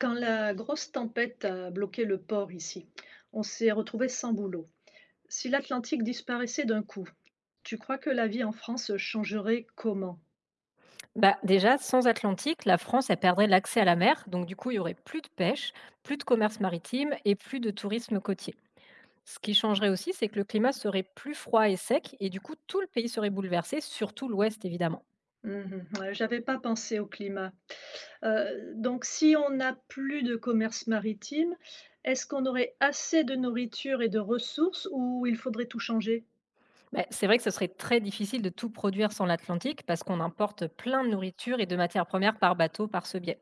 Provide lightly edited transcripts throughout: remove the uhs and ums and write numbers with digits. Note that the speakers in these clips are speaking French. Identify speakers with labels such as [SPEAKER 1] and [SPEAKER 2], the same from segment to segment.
[SPEAKER 1] Quand la grosse tempête a bloqué le port ici, on s'est retrouvé sans boulot. Si l'Atlantique disparaissait d'un coup, tu crois que la vie en France changerait comment?
[SPEAKER 2] Bah, déjà, sans Atlantique, la France, elle perdrait l'accès à la mer, donc du coup, il y aurait plus de pêche, plus de commerce maritime et plus de tourisme côtier. Ce qui changerait aussi, c'est que le climat serait plus froid et sec, et du coup, tout le pays serait bouleversé, surtout l'Ouest, évidemment.
[SPEAKER 1] Mhm, ouais, j'avais pas pensé au climat. Donc si on n'a plus de commerce maritime, est-ce qu'on aurait assez de nourriture et de ressources ou il faudrait tout changer?
[SPEAKER 2] Bah, c'est vrai que ce serait très difficile de tout produire sans l'Atlantique, parce qu'on importe plein de nourriture et de matières premières par bateau par ce biais.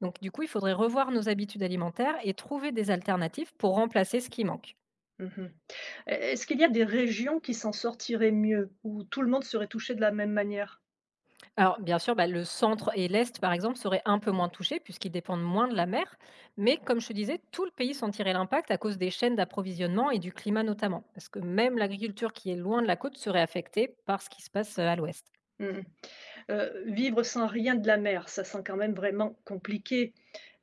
[SPEAKER 2] Donc du coup, il faudrait revoir nos habitudes alimentaires et trouver des alternatives pour remplacer ce qui manque.
[SPEAKER 1] Mmh. E Est-ce qu'il y a des régions qui s'en sortiraient mieux, où tout le monde serait touché de la même manière?
[SPEAKER 2] Alors bien sûr, bah, le centre et l'est, par exemple, seraient un peu moins touchés puisqu'ils dépendent moins de la mer. Mais comme je te disais, tout le pays sentirait l'impact à cause des chaînes d'approvisionnement et du climat notamment. Parce que même l'agriculture qui est loin de la côte serait affectée par ce qui se passe à l'ouest.
[SPEAKER 1] Mmh. Vivre sans rien de la mer, ça sent quand même vraiment compliqué.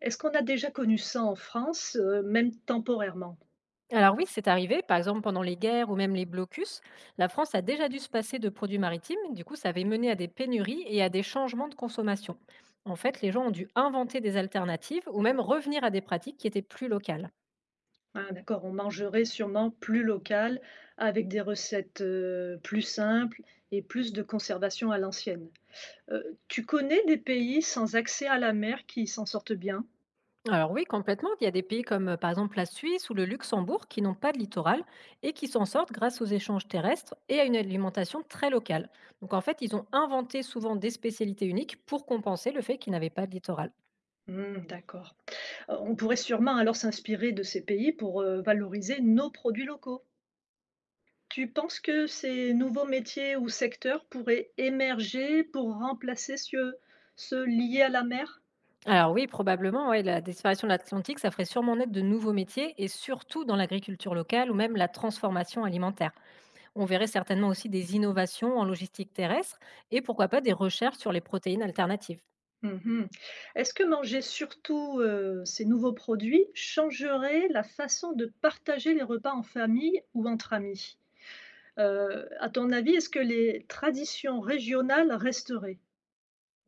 [SPEAKER 1] Est-ce qu'on a déjà connu ça en France, même temporairement?
[SPEAKER 2] Alors oui, c'est arrivé, par exemple pendant les guerres ou même les blocus, la France a déjà dû se passer de produits maritimes, du coup ça avait mené à des pénuries et à des changements de consommation. En fait, les gens ont dû inventer des alternatives ou même revenir à des pratiques qui étaient plus locales.
[SPEAKER 1] Ah d'accord, on mangerait sûrement plus local avec des recettes, plus simples et plus de conservation à l'ancienne. Tu connais des pays sans accès à la mer qui s'en sortent bien?
[SPEAKER 2] Alors oui, complètement. Il y a des pays comme par exemple la Suisse ou le Luxembourg qui n'ont pas de littoral et qui s'en sortent grâce aux échanges terrestres et à une alimentation très locale. Donc en fait, ils ont inventé souvent des spécialités uniques pour compenser le fait qu'ils n'avaient pas de littoral.
[SPEAKER 1] Mmh, d'accord. On pourrait sûrement alors s'inspirer de ces pays pour, valoriser nos produits locaux. Tu penses que ces nouveaux métiers ou secteurs pourraient émerger pour remplacer ceux liés à la mer?
[SPEAKER 2] Alors oui, probablement, ouais, la disparition de l'Atlantique, ça ferait sûrement naître de nouveaux métiers et surtout dans l'agriculture locale ou même la transformation alimentaire. On verrait certainement aussi des innovations en logistique terrestre et pourquoi pas des recherches sur les protéines alternatives.
[SPEAKER 1] Mmh. Est-ce que manger surtout, ces nouveaux produits changerait la façon de partager les repas en famille ou entre amis? À ton avis, est-ce que les traditions régionales resteraient?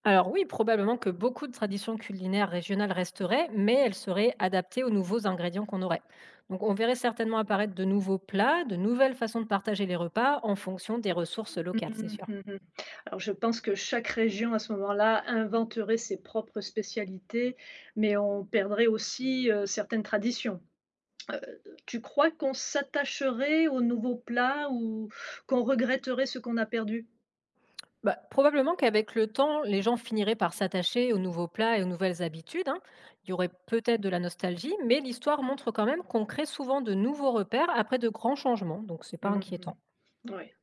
[SPEAKER 2] Alors oui, probablement que beaucoup de traditions culinaires régionales resteraient, mais elles seraient adaptées aux nouveaux ingrédients qu'on aurait. Donc on verrait certainement apparaître de nouveaux plats, de nouvelles façons de partager les repas en fonction des ressources
[SPEAKER 1] Mmh
[SPEAKER 2] locales, c'est
[SPEAKER 1] mh,
[SPEAKER 2] sûr.
[SPEAKER 1] mmh. Alors je pense que chaque région à ce moment-là inventerait ses propres spécialités, mais on perdrait aussi, certaines traditions. Heu, Tu crois qu'on s'attacherait aux nouveaux plats ou qu'on regretterait ce qu'on a perdu?
[SPEAKER 2] Bah, probablement qu'avec le temps, les gens finiraient par s'attacher aux nouveaux plats et aux nouvelles habitudes, hein. Il y aurait peut-être de la nostalgie, mais l'histoire montre quand même qu'on crée souvent de nouveaux repères après de grands changements, donc c'est pas
[SPEAKER 1] Mmh
[SPEAKER 2] inquiétant.
[SPEAKER 1] mh. Ouais,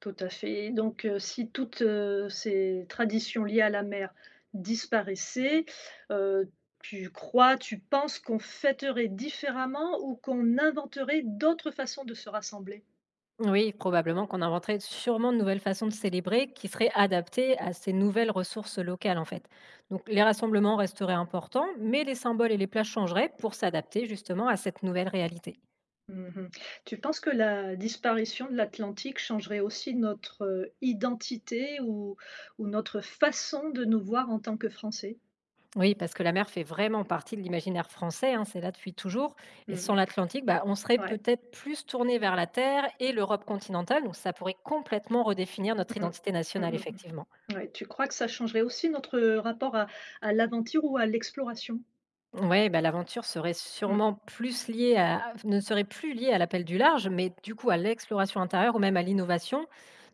[SPEAKER 1] tout à fait. Donc si toutes, ces traditions liées à la mer disparaissaient, heu, tu penses qu'on fêterait différemment ou qu'on inventerait d'autres façons de se rassembler?
[SPEAKER 2] Oui, probablement qu'on inventerait sûrement de nouvelles façons de célébrer qui seraient adaptées à ces nouvelles ressources locales en fait. Donc les rassemblements resteraient importants, mais les symboles et les plats changeraient pour s'adapter justement à cette nouvelle réalité.
[SPEAKER 1] Mmh. Tu penses que la disparition de l'Atlantique changerait aussi notre, identité ou notre façon de nous voir en tant que Français?
[SPEAKER 2] Oui, parce que la mer fait vraiment partie de l'imaginaire français, hein, c'est là depuis toujours.
[SPEAKER 1] Mmh
[SPEAKER 2] Et sans
[SPEAKER 1] mh.
[SPEAKER 2] l'Atlantique, bah, on serait
[SPEAKER 1] Ouais.
[SPEAKER 2] peut-être plus tourné vers la Terre et l'Europe continentale, donc ça pourrait complètement redéfinir notre
[SPEAKER 1] Mmh.
[SPEAKER 2] identité
[SPEAKER 1] Mmh
[SPEAKER 2] nationale,
[SPEAKER 1] mh
[SPEAKER 2] effectivement.
[SPEAKER 1] mh. Ouais, tu crois que ça changerait aussi notre, rapport à l'aventure ou à l'exploration?
[SPEAKER 2] Oui, bah, l'aventure serait
[SPEAKER 1] Mmh.
[SPEAKER 2] sûrement plus liée à, ne serait plus liée à l'appel du large, mais du coup à l'exploration intérieure ou même à l'innovation.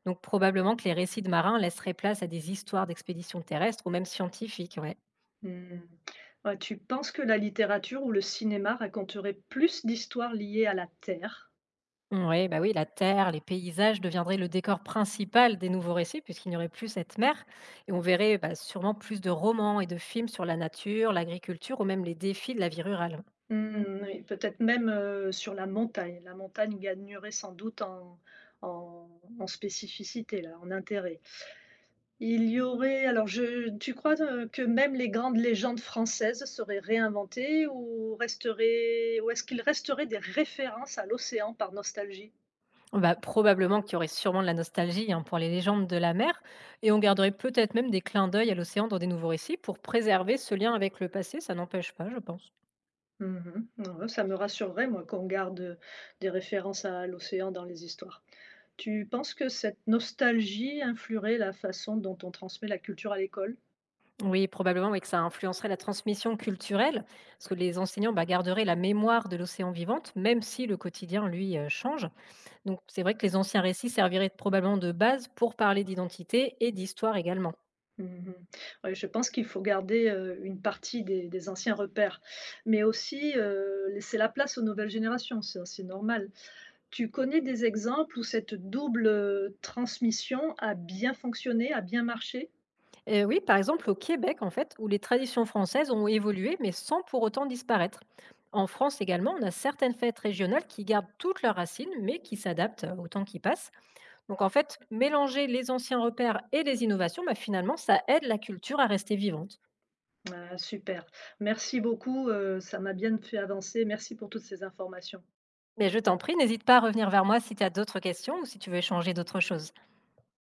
[SPEAKER 2] Donc probablement que les récits de marins laisseraient place à des histoires d'expéditions terrestres ou même scientifiques, ouais.
[SPEAKER 1] Mmh. Ouais, tu penses que la littérature ou le cinéma raconterait plus d'histoires liées à la terre?
[SPEAKER 2] Oui, bah oui, la terre, les paysages deviendraient le décor principal des nouveaux récits, puisqu'il n'y aurait plus cette mer. Et on verrait bah, sûrement plus de romans et de films sur la nature, l'agriculture ou même les défis de la vie rurale.
[SPEAKER 1] Mmh, oui, peut-être même, sur la montagne. La montagne gagnerait sans doute en en spécificité là, en intérêt. Il y aurait alors je tu crois, que même les grandes légendes françaises seraient réinventées ou resteraient ou est-ce qu'il resterait des références à l'océan par nostalgie?
[SPEAKER 2] Bah, probablement qu'il y aurait sûrement de la nostalgie hein, pour les légendes de la mer. Et on garderait peut-être même des clins d'œil à l'océan dans des nouveaux récits pour préserver ce lien avec le passé. Ça n'empêche pas, je pense.
[SPEAKER 1] Mmh. Ouais, ça me rassurerait moi qu'on garde, des références à l'océan dans les histoires. Tu penses que cette nostalgie influerait la façon dont on transmet la culture à l'école?
[SPEAKER 2] Oui, probablement oui, que ça influencerait la transmission culturelle, parce que les enseignants bah, garderaient la mémoire de l'océan vivante, même si le quotidien, lui, change. Donc c'est vrai que les anciens récits serviraient probablement de base pour parler d'identité et d'histoire également.
[SPEAKER 1] Mmh. Ouais, je pense qu'il faut garder, une partie des anciens repères, mais aussi, laisser la place aux nouvelles générations, ça c'est normal. Tu connais des exemples où cette double, transmission a bien fonctionné, a bien marché?
[SPEAKER 2] Oui, par exemple au Québec, en fait, où les traditions françaises ont évolué, mais sans pour autant disparaître. En France également, on a certaines fêtes régionales qui gardent toutes leurs racines, mais qui s'adaptent au temps qui passe. Donc en fait, mélanger les anciens repères et les innovations, bah, finalement, ça aide la culture à rester vivante.
[SPEAKER 1] Ah super, merci beaucoup, ça m'a bien fait avancer. Merci pour toutes ces informations.
[SPEAKER 2] Mais je t'en prie, n'hésite pas à revenir vers moi si tu as d'autres questions ou si tu veux échanger d'autres choses.